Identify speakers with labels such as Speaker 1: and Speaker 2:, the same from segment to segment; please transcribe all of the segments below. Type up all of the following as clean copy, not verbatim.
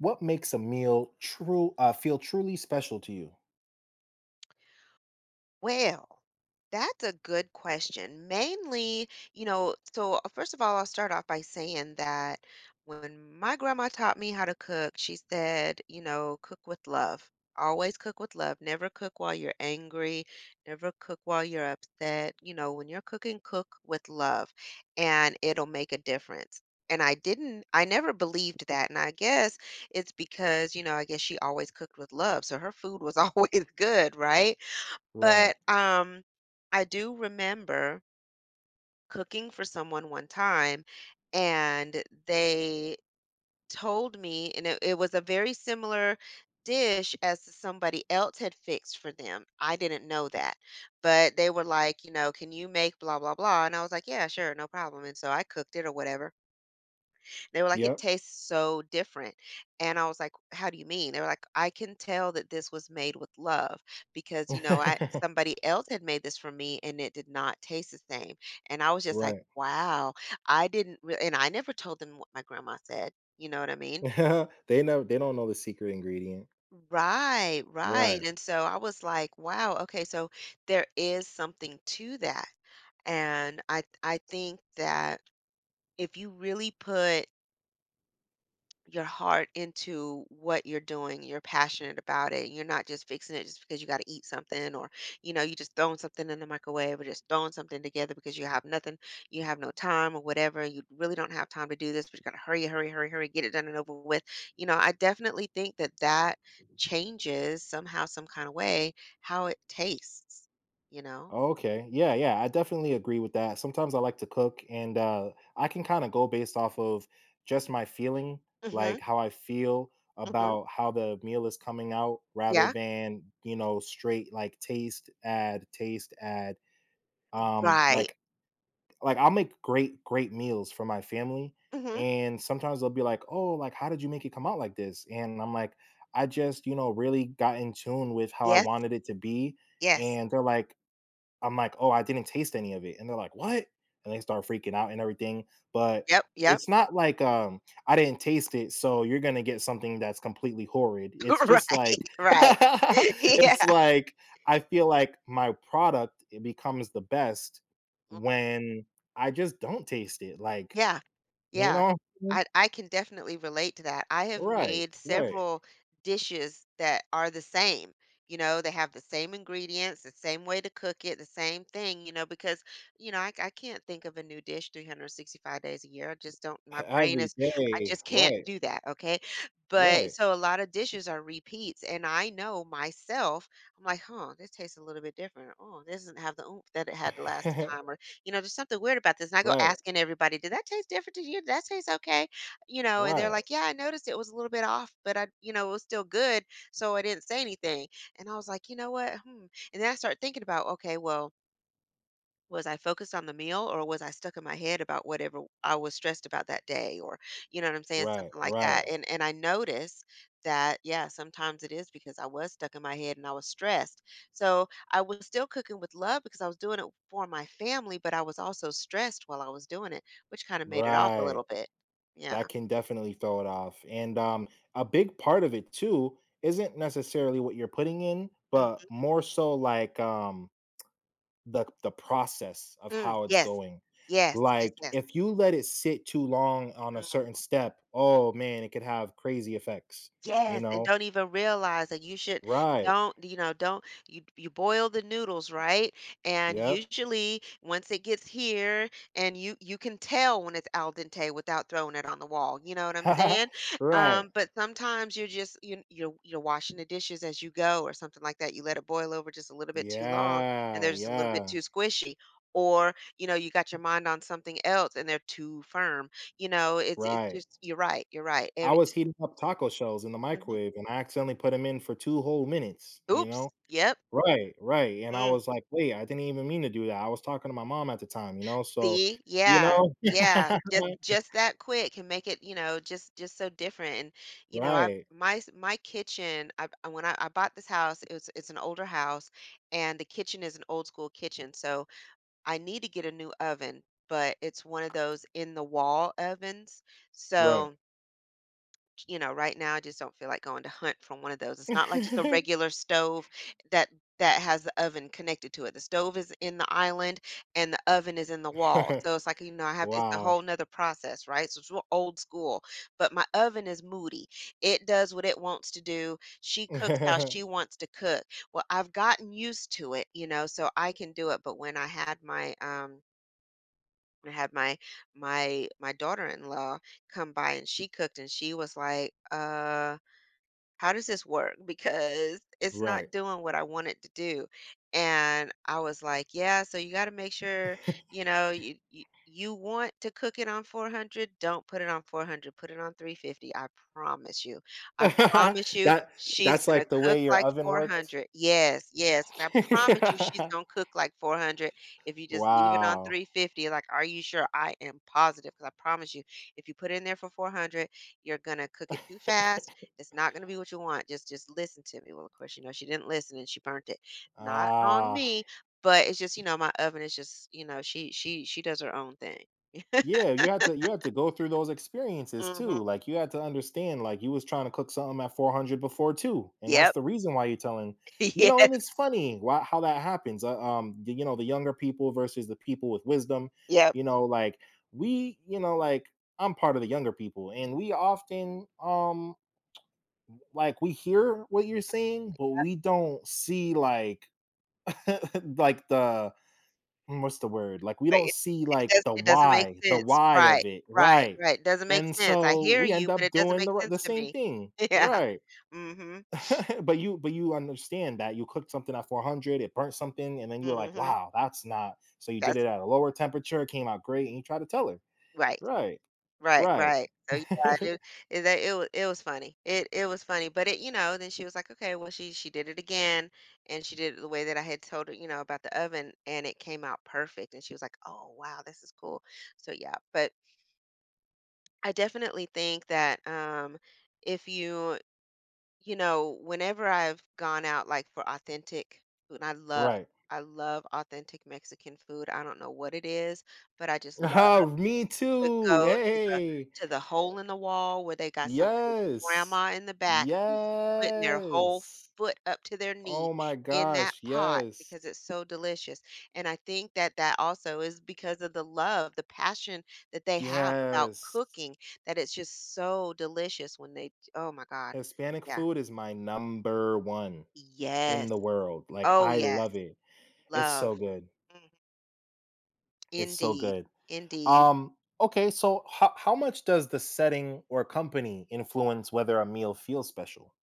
Speaker 1: What makes a meal true feel truly special to you?
Speaker 2: Well, that's a good question. Mainly, first of all, I'll start off by saying that when my grandma taught me how to cook, she said, you know, cook with love. Always cook with love. Never cook while you're angry. Never cook while you're upset. You know, when you're cooking, cook with love and it'll make a difference. And I didn't, I never believed that. And I guess it's because, you know, I guess she always cooked with love. So her food was always good, right?
Speaker 1: Right.
Speaker 2: But I do remember cooking for someone one time, and they told me and it was a very similar dish as somebody else had fixed for them. I didn't know that, but they were like, you know, "Can you make blah, blah, blah?" And I was like, "Yeah, sure, no problem," and so I cooked it or whatever. They were like, "It
Speaker 1: Yep.
Speaker 2: tastes so different." And I was like, "How do you mean?" They were like, "I can tell that this was made with love because, you know, I somebody else had made this for me and it did not taste the same." And I was just like,
Speaker 1: Right.
Speaker 2: "Wow." I didn't re And I never told them what my grandma said, you know what I mean?
Speaker 1: They know they don't know the secret ingredient.
Speaker 2: Right, right.
Speaker 1: Right.
Speaker 2: And so I was like, "Wow, okay, so there is something to that." And I think that if you really put your heart into what you're doing. You're passionate about it. You're not just fixing it just because you got to eat something or, you know, you just throwing something in the microwave or just throwing something together because you have nothing, you have no time or whatever. You really don't have time to do this, but you got to hurry, hurry, hurry, hurry, get it done and over with. You know, I definitely think that changes somehow, some kind of way, how it tastes, you know?
Speaker 1: Okay. Yeah, yeah, I definitely agree with that. Sometimes I like to cook and I can kind of go based off of just my feeling,
Speaker 2: Mm-hmm.
Speaker 1: like how I feel
Speaker 2: Mm-hmm.
Speaker 1: about how the meal is coming out rather
Speaker 2: Yeah.
Speaker 1: than, you know, straight like taste, add, taste, add. Um
Speaker 2: Right.
Speaker 1: like like I'll make great, great meals for my family.
Speaker 2: Mm-hmm.
Speaker 1: And sometimes they'll be like, "Oh, like, how did you make it come out like this?" And I'm like, I just, you know, really got in tune with how I
Speaker 2: Yes.
Speaker 1: wanted it to be.
Speaker 2: Yes.
Speaker 1: And they're like, I'm like, "Oh, I didn't taste any of it," and they're like, "What?" And they start freaking out and everything, but
Speaker 2: Yep. Yep.
Speaker 1: it's not like, "I didn't taste it, so you're gonna get something that's completely horrid." It's just
Speaker 2: Right.
Speaker 1: like
Speaker 2: Right. Yeah.
Speaker 1: it's like, I feel like my product, it becomes the best
Speaker 2: Mhm.
Speaker 1: when I just don't taste it, like,
Speaker 2: Yeah,
Speaker 1: you
Speaker 2: yeah.
Speaker 1: know
Speaker 2: I can definitely relate to that. I have
Speaker 1: Right,
Speaker 2: made
Speaker 1: right.
Speaker 2: several dishes that are the same. You know, they have the same ingredients, the same way to cook it, the same thing, you know, because, you know, I can't think of a new dish 365 days a year. I just don't, my brain
Speaker 1: Every
Speaker 2: is, I
Speaker 1: day.
Speaker 2: just can't
Speaker 1: Right,
Speaker 2: do that. Okay. But
Speaker 1: right.
Speaker 2: so a lot of dishes are repeats. And I know myself, I'm like, huh, this tastes a little bit different. Oh, this doesn't have the oomph that it had the last time. Or you know, there's something weird about this. And I go
Speaker 1: Right,
Speaker 2: asking everybody, did that taste different to you? Did that taste okay? You know, and they're
Speaker 1: right,
Speaker 2: like, yeah, I noticed it was a little bit off, but I, you know, it was still good. So I didn't say anything. And I was like, you know what? Hmm. And then I started thinking about, okay, well, was I focused on the meal or was I stuck in my head about whatever I was stressed about that day or you know what I'm saying,
Speaker 1: right,
Speaker 2: something like
Speaker 1: right,
Speaker 2: that. And I noticed that yeah, sometimes it is because I was stuck in my head and I was stressed. So I was still cooking with love because I was doing it for my family, but I was also stressed while I was doing it, which kind of made it off a
Speaker 1: right.
Speaker 2: little bit. Yeah.
Speaker 1: That can definitely throw it off, and, a big part of it too isn't necessarily what you're putting in, but
Speaker 2: Hmm.
Speaker 1: more so like, the process of
Speaker 2: Mm,
Speaker 1: how it's
Speaker 2: yes.
Speaker 1: going.
Speaker 2: Yes. Yes.
Speaker 1: Like,
Speaker 2: Yes.
Speaker 1: if you let it sit too long on a certain
Speaker 2: Mm-hmm.
Speaker 1: step, oh man, it could have crazy effects, you
Speaker 2: Yes, and
Speaker 1: know?
Speaker 2: don't even realize that you should
Speaker 1: Right.
Speaker 2: don't, you know, don't you boil the noodles, right? And
Speaker 1: Yep.
Speaker 2: usually once it gets here and you can tell when it's al dente without throwing it on the wall. You know what I'm saying?
Speaker 1: Right.
Speaker 2: But sometimes you're washing the dishes as you go or something like that. You let it boil over just a little bit too long and
Speaker 1: Yeah,
Speaker 2: they're just a little bit
Speaker 1: yeah,
Speaker 2: too squishy. Or, you know, you got your mind on something else and they're too firm. You know, it's
Speaker 1: right.
Speaker 2: just you're right, you're right.
Speaker 1: I
Speaker 2: Every,
Speaker 1: was heating up taco shells in the
Speaker 2: mm-hmm.
Speaker 1: microwave, and I accidentally put them in for two whole minutes, you
Speaker 2: Oops.
Speaker 1: know?
Speaker 2: Yep.
Speaker 1: Right, right, and I
Speaker 2: Mm.
Speaker 1: was like, "Wait, I didn't even mean to do that." I was talking to my mom at the time, you know, so,
Speaker 2: See?
Speaker 1: you
Speaker 2: Yeah.
Speaker 1: know?
Speaker 2: Yeah. Just that quick can make it, you know, just so different. And you know, I
Speaker 1: Right,
Speaker 2: my s- my kitchen. I bought this house, it's an older house, and the kitchen is an old school kitchen. So I need to get a new oven, but it's one of those in the wall ovens.
Speaker 1: right.
Speaker 2: So you know, right now I just don't feel like going to hunt for one of those. It's not like just a regular stove that has the oven connected to it. The stove is in the island and the oven is in the wall. So it's like, you know, I have to, it's a
Speaker 1: Wow.
Speaker 2: whole nother process, right? So it's real old school. But my oven is moody. It does what it wants to do. She cooks how she wants to cook. Well, I've gotten used to it, you know, so I can do it. But when I had my and had my daughter-in-law come by and she cooked and she was like, how does this work? Because it's not
Speaker 1: Right.
Speaker 2: doing what I want it to do. And I was like, yeah, so you got to make sure, you know, you want to cook it on 400, don't put it on 400, put it on 350. I promise you. I promise you
Speaker 1: That
Speaker 2: she's
Speaker 1: that's
Speaker 2: going to
Speaker 1: like the
Speaker 2: cook
Speaker 1: way your
Speaker 2: like
Speaker 1: oven worked?
Speaker 2: 400. Yes, yes. I promise you she's going to cook like 400 if you just leave it on
Speaker 1: Wow.
Speaker 2: 350. Like, are you sure? I am positive because I promise you if you put it in there for 400, you're going to cook it too fast it's not gonna be what you want. Just listen to me." Well, of course, you know, she didn't listen and she burnt it. Not on
Speaker 1: Ah.
Speaker 2: me, but it's just, you know, my oven is just, you know, she does her own thing.
Speaker 1: Yeah, you had to go through those experiences too.
Speaker 2: Mhm.
Speaker 1: Like you had to understand, like you was trying to cook something at 400 before too, and that's
Speaker 2: Yep.
Speaker 1: the reason why you're telling, you know. And it's
Speaker 2: Yes.
Speaker 1: funny why, how that happens. The, you know, the younger people versus the people with wisdom.
Speaker 2: Yep.
Speaker 1: You know, like we, you know, like I'm part of the younger people, and we often, like we hear what you're saying, but we don't see like, like the what's the word? Like we
Speaker 2: But
Speaker 1: don't
Speaker 2: it
Speaker 1: see
Speaker 2: it
Speaker 1: like
Speaker 2: does it doesn't make
Speaker 1: the
Speaker 2: sense.
Speaker 1: why of
Speaker 2: Right,
Speaker 1: it,
Speaker 2: right,
Speaker 1: right?
Speaker 2: right. It doesn't make
Speaker 1: And
Speaker 2: sense. I
Speaker 1: so
Speaker 2: hear
Speaker 1: we end
Speaker 2: you, but
Speaker 1: up
Speaker 2: it doesn't
Speaker 1: doing
Speaker 2: make sense
Speaker 1: the
Speaker 2: to
Speaker 1: same
Speaker 2: me.
Speaker 1: thing,
Speaker 2: Yeah.
Speaker 1: right?
Speaker 2: Mhm.
Speaker 1: But you but you understand that you cooked something at 400, it burnt something, and then you were like,
Speaker 2: Mhm.
Speaker 1: wow, that's not. So you did
Speaker 2: That's
Speaker 1: it at a lower temperature, it came out great, and you try to tell her,
Speaker 2: right.
Speaker 1: right,
Speaker 2: Right,
Speaker 1: right,
Speaker 2: right. So, yeah, I knew it was it was funny. It was funny, but it you know, then she was like, "Okay, well, she did it again, and she did it the way that I had told her, you know, about the oven, and it came out perfect." And she was like, "Oh, wow, this is cool." So, yeah, but I definitely think that, if you you know, whenever I've gone out, like, for authentic food and
Speaker 1: right.
Speaker 2: I love authentic Mexican food. I don't know what it is, but I just love
Speaker 1: Oh, me
Speaker 2: could
Speaker 1: too.
Speaker 2: go
Speaker 1: Hey,
Speaker 2: to the hole in the wall where they got somebody's
Speaker 1: yes,
Speaker 2: grandma in the back who's putting their whole
Speaker 1: yes.
Speaker 2: foot up to their knee
Speaker 1: Oh my
Speaker 2: in that
Speaker 1: gosh,
Speaker 2: pot
Speaker 1: yes.
Speaker 2: because it's so delicious, and I think that that also is because of the love, the passion that they have about
Speaker 1: Yes.
Speaker 2: cooking, that it's just so delicious when they oh my god.
Speaker 1: Hispanic
Speaker 2: Yeah.
Speaker 1: food is my number 1 in
Speaker 2: Yes.
Speaker 1: the world. Like,
Speaker 2: Oh,
Speaker 1: I
Speaker 2: yes.
Speaker 1: love it. It's so
Speaker 2: Love.
Speaker 1: good.
Speaker 2: Mhm.
Speaker 1: It's so
Speaker 2: Indeed.
Speaker 1: good.
Speaker 2: Indeed.
Speaker 1: Okay, so how much does the setting or company influence whether a meal feels special?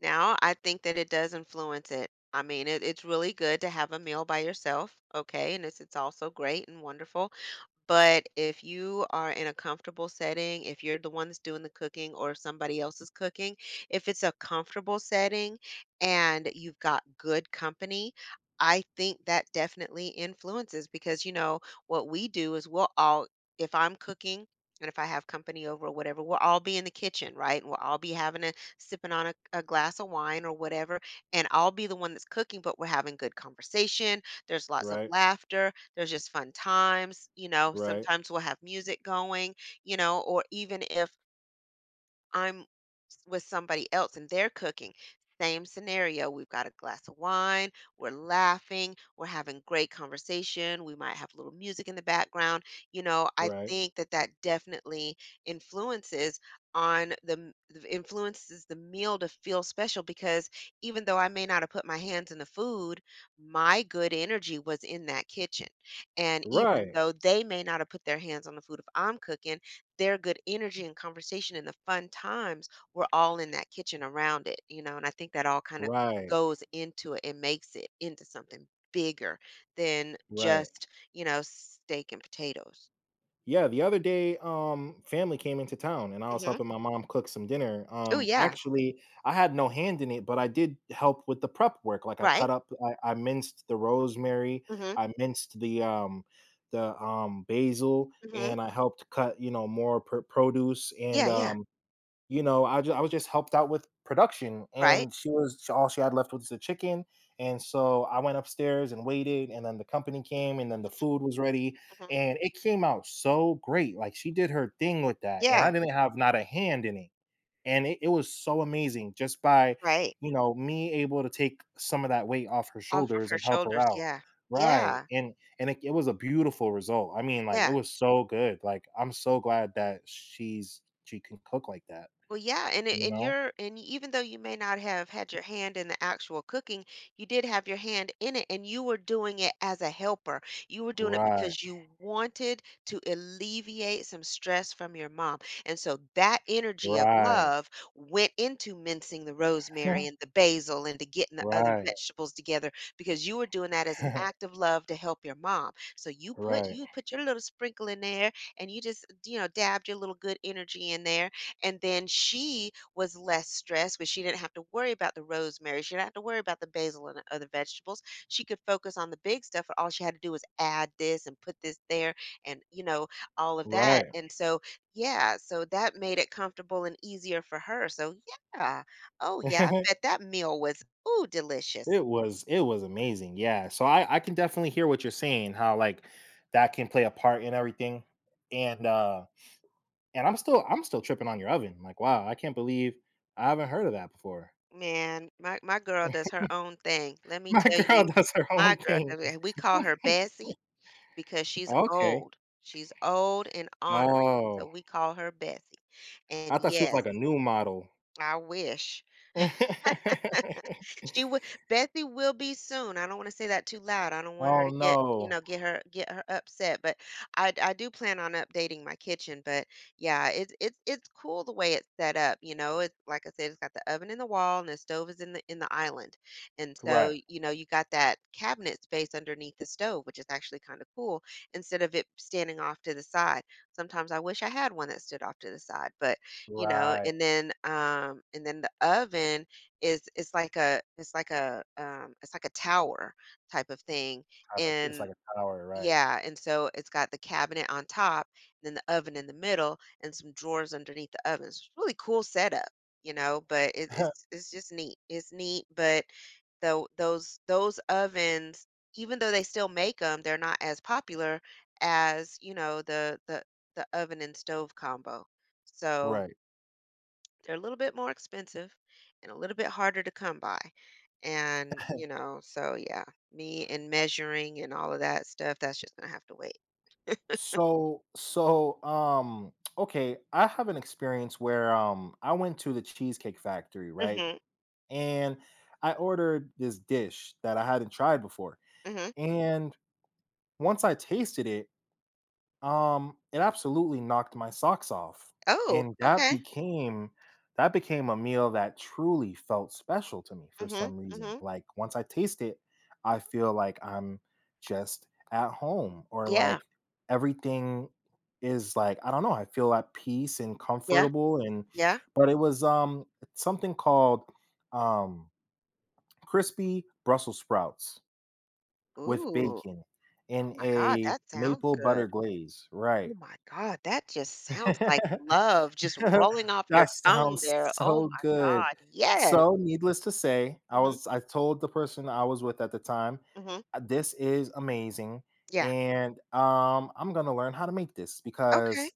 Speaker 2: Now, I think that it does influence it. I mean, it's really good to have a meal by yourself, okay? And it's also great and wonderful. But if you are in a comfortable setting, if you're the one that's doing the cooking or if somebody else is cooking, if it's a comfortable setting and you've got good company, I think that definitely influences because, you know, what we do is we'll all, if I'm cooking, and if I have company over or whatever, we'll all be in the kitchen, right? And we'll all be having a sipping on a glass of wine or whatever. And I'll be the one that's cooking, but we're having good conversation. There's lots of
Speaker 1: Right,
Speaker 2: laughter there's just fun times, you know,
Speaker 1: right,
Speaker 2: sometimes we'll have music going, you know, or even if I'm s- with somebody else and they're cooking. Same scenario. We've got a glass of wine. We're laughing. We're having great conversation. We might have a little music in the background. You know, I
Speaker 1: right,
Speaker 2: think that that definitely influences on the m- the- influences the meal to feel special because even though I may not have put my hands in the food, my good energy was in that kitchen. And even
Speaker 1: right,
Speaker 2: though they may not have put their hands on the food if I'm cooking, their good energy and conversation and the fun times were all in that kitchen around it, and I think that all kind of
Speaker 1: right,
Speaker 2: goes into it and makes it into something bigger than
Speaker 1: right.
Speaker 2: just, steak and potatoes.
Speaker 1: Yeah, the other day, family came into town and I was
Speaker 2: Hmm.
Speaker 1: helping my mom cook some dinner.
Speaker 2: Oh yeah,
Speaker 1: Actually, I had no hand in it, but I did help with the prep work. Like I
Speaker 2: right.
Speaker 1: cut up, I minced the rosemary,
Speaker 2: Hmm.
Speaker 1: I minced the basil,
Speaker 2: Hmm.
Speaker 1: and I helped cut, you know, more produce and
Speaker 2: Yeah, yeah,
Speaker 1: um, you know, I was just helped out with production,
Speaker 2: right.
Speaker 1: and she was all she had left was the chicken, and so I went upstairs and waited, and then the company came, and then the food was ready,
Speaker 2: Hmm.
Speaker 1: and it came out so great, like, she did her thing with that, and I
Speaker 2: Yeah,
Speaker 1: didn't have not a hand in it, and it was so amazing just by,
Speaker 2: right.
Speaker 1: you know, me able to take some of that weight off her
Speaker 2: Off of
Speaker 1: shoulders
Speaker 2: her
Speaker 1: and help her
Speaker 2: shoulders.
Speaker 1: out.
Speaker 2: Yeah,
Speaker 1: Right,
Speaker 2: yeah,
Speaker 1: and it was a beautiful result, I mean, like, it
Speaker 2: yeah.
Speaker 1: was so good, like, I'm so glad that she can cook like that.
Speaker 2: Well, yeah, and it,
Speaker 1: You
Speaker 2: and
Speaker 1: know?
Speaker 2: you're and even though you may not have had your hand in the actual cooking, you did have your hand in it, and you were doing it as a helper. You were doing it
Speaker 1: Right,
Speaker 2: because you wanted to alleviate some stress from your mom, and so that energy of
Speaker 1: right,
Speaker 2: love went into mincing the rosemary and the basil and to getting the other
Speaker 1: right,
Speaker 2: vegetables together because you were doing that as an act of love to help your mom. So you put
Speaker 1: right,
Speaker 2: you put your little sprinkle in there, and you just dabbed your little good energy in there, and then she was less stressed because she didn't have to worry about the rosemary. She didn't have to worry about the basil and other vegetables. She could focus on the big stuff. And all she had to do was add this and put this there and, all of that.
Speaker 1: right.
Speaker 2: Yep. And so, yeah, so that made it comfortable and easier for her. So, yeah. Oh, yeah. I bet that meal was, ooh, delicious.
Speaker 1: It was amazing, yeah, so I can definitely hear what you're saying, how, like, that can play a part in everything, and and I'm still tripping on your oven, like, wow, I can't believe I haven't heard of that before.
Speaker 2: Man, my girl does her own thing. Let me
Speaker 1: My
Speaker 2: tell
Speaker 1: girl
Speaker 2: you,
Speaker 1: does her
Speaker 2: my
Speaker 1: own
Speaker 2: girl
Speaker 1: thing.
Speaker 2: does it. We call her Bessie, because she's
Speaker 1: Okay.
Speaker 2: old. She's old and ornery, so
Speaker 1: Oh,
Speaker 2: we call her Bessie. And
Speaker 1: I thought she was
Speaker 2: yes,
Speaker 1: like a new model.
Speaker 2: I wish she would. Betsy will be soon. I don't wanna say that too loud. I don't want her
Speaker 1: Oh,
Speaker 2: to get,
Speaker 1: no.
Speaker 2: get her upset, but I do plan on updating my kitchen, but yeah, it's cool the way it's set up, you know? It's like I said, it's got the oven in the wall and the stove is in the island, and so,
Speaker 1: Right,
Speaker 2: you got that cabinet space underneath the stove, which is actually kinda cool, instead of it standing off to the side. Sometimes I wish I had one that stood off to the side, but,
Speaker 1: right,
Speaker 2: and then the oven is it's like a it's like a it's like a tower type of thing.
Speaker 1: type of it's
Speaker 2: And
Speaker 1: like a tower, right.
Speaker 2: yeah, and so it's got the cabinet on top and then the oven in the middle and some drawers underneath the oven. It's really cool setup, you know? But it, it's it's just neat, it's neat, but though those ovens, even though they still make them, they're not as popular as the oven and stove combo, so
Speaker 1: right.
Speaker 2: they're a little bit more expensive and a little bit harder to come by. And, so yeah, me and measuring and all of that stuff, that's just gonna have to wait.
Speaker 1: So, okay, I have an experience where I went to the Cheesecake Factory,
Speaker 2: Mm.
Speaker 1: right?
Speaker 2: Mhm.
Speaker 1: And I ordered this dish that I hadn't tried before.
Speaker 2: Mm. Mhm.
Speaker 1: And once I tasted it, um, it absolutely knocked my socks off,
Speaker 2: Oh,
Speaker 1: and
Speaker 2: okay.
Speaker 1: that became a meal that truly felt special to me
Speaker 2: Mm.
Speaker 1: for
Speaker 2: Mhm.
Speaker 1: some
Speaker 2: Mm.
Speaker 1: reason.
Speaker 2: Mhm.
Speaker 1: Like, once I taste it, I feel like I'm just at home or,
Speaker 2: Yeah.
Speaker 1: like, everything is, like, I don't know, I feel at peace and
Speaker 2: Yeah.
Speaker 1: comfortable and
Speaker 2: Yeah.
Speaker 1: but it was, something called, um, crispy Brussels sprouts with
Speaker 2: Ooh.
Speaker 1: bacon
Speaker 2: Oh
Speaker 1: in
Speaker 2: my god,
Speaker 1: a
Speaker 2: that sounds
Speaker 1: maple
Speaker 2: good.
Speaker 1: butter glaze,
Speaker 2: Oh
Speaker 1: right.
Speaker 2: my god, that just sounds like love just rolling off your
Speaker 1: That
Speaker 2: tongue
Speaker 1: sounds
Speaker 2: there. Oh
Speaker 1: so
Speaker 2: my
Speaker 1: good.
Speaker 2: god. Yes.
Speaker 1: So, needless to say,
Speaker 2: Mhm.
Speaker 1: I told the person I was with at the time,
Speaker 2: Mhm.
Speaker 1: This is amazing,
Speaker 2: Yeah.
Speaker 1: and, I'm gonna learn how to make this,"
Speaker 2: Okay.
Speaker 1: because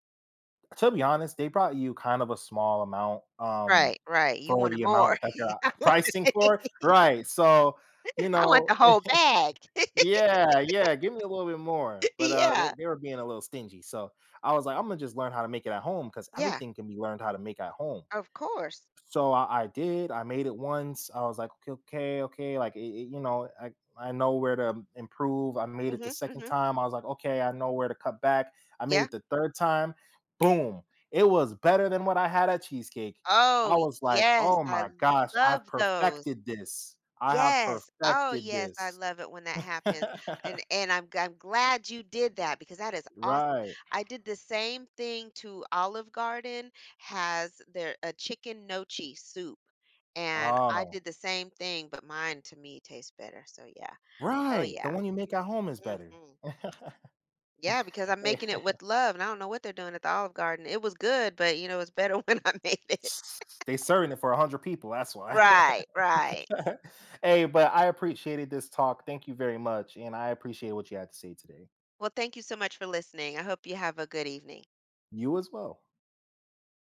Speaker 1: to be honest, they brought you kind of a small amount,
Speaker 2: Right, right. You
Speaker 1: for
Speaker 2: wanted
Speaker 1: the
Speaker 2: more.
Speaker 1: amount that they're pricing for. Right, so, you
Speaker 2: I want the
Speaker 1: know,
Speaker 2: whole bag.
Speaker 1: yeah, yeah, give me a little bit more, but,
Speaker 2: Yeah.
Speaker 1: they were being a little stingy, so I was like, "Imma just learn how to make it at home because
Speaker 2: Yeah,
Speaker 1: everything can be learned how to make at home."
Speaker 2: of course.
Speaker 1: So I did, I made it once, I was like, "Okay, okay, okay," like, it you know, I know where to improve, I made it the
Speaker 2: Mhm,
Speaker 1: 2nd
Speaker 2: mhm.
Speaker 1: time, I was like, "Okay, I know where to cut back." I made
Speaker 2: Yeah.
Speaker 1: it the 3rd time, boom, it was better than what I had at Cheesecake.
Speaker 2: Oh,
Speaker 1: I was like,
Speaker 2: yes,
Speaker 1: "Oh
Speaker 2: I
Speaker 1: my gosh, I've
Speaker 2: love those.
Speaker 1: perfected this. I have
Speaker 2: Yes. Oh,
Speaker 1: perfected
Speaker 2: yes, I
Speaker 1: this."
Speaker 2: love it when that happens, and I'm glad you did that because that is awesome.
Speaker 1: Right.
Speaker 2: I did the same thing to Olive Garden. Has their a chicken nochi soup, and I
Speaker 1: Oh,
Speaker 2: did the same thing, but mine to me tastes better, so yeah. Oh,
Speaker 1: right. The
Speaker 2: yeah.
Speaker 1: one you make at home is better.
Speaker 2: Mhm. Yeah, because I'm
Speaker 1: Hey,
Speaker 2: making it with love, and I don't know what they're doing at the Olive Garden. It was good, but it's better when I made it.
Speaker 1: they serving it for 100 people, that's why.
Speaker 2: Right, right.
Speaker 1: Hey, but I appreciated this talk. Thank you very much, and I appreciate what you had to say today.
Speaker 2: Well, thank you so much for listening. I hope you have a good evening.
Speaker 1: You as well.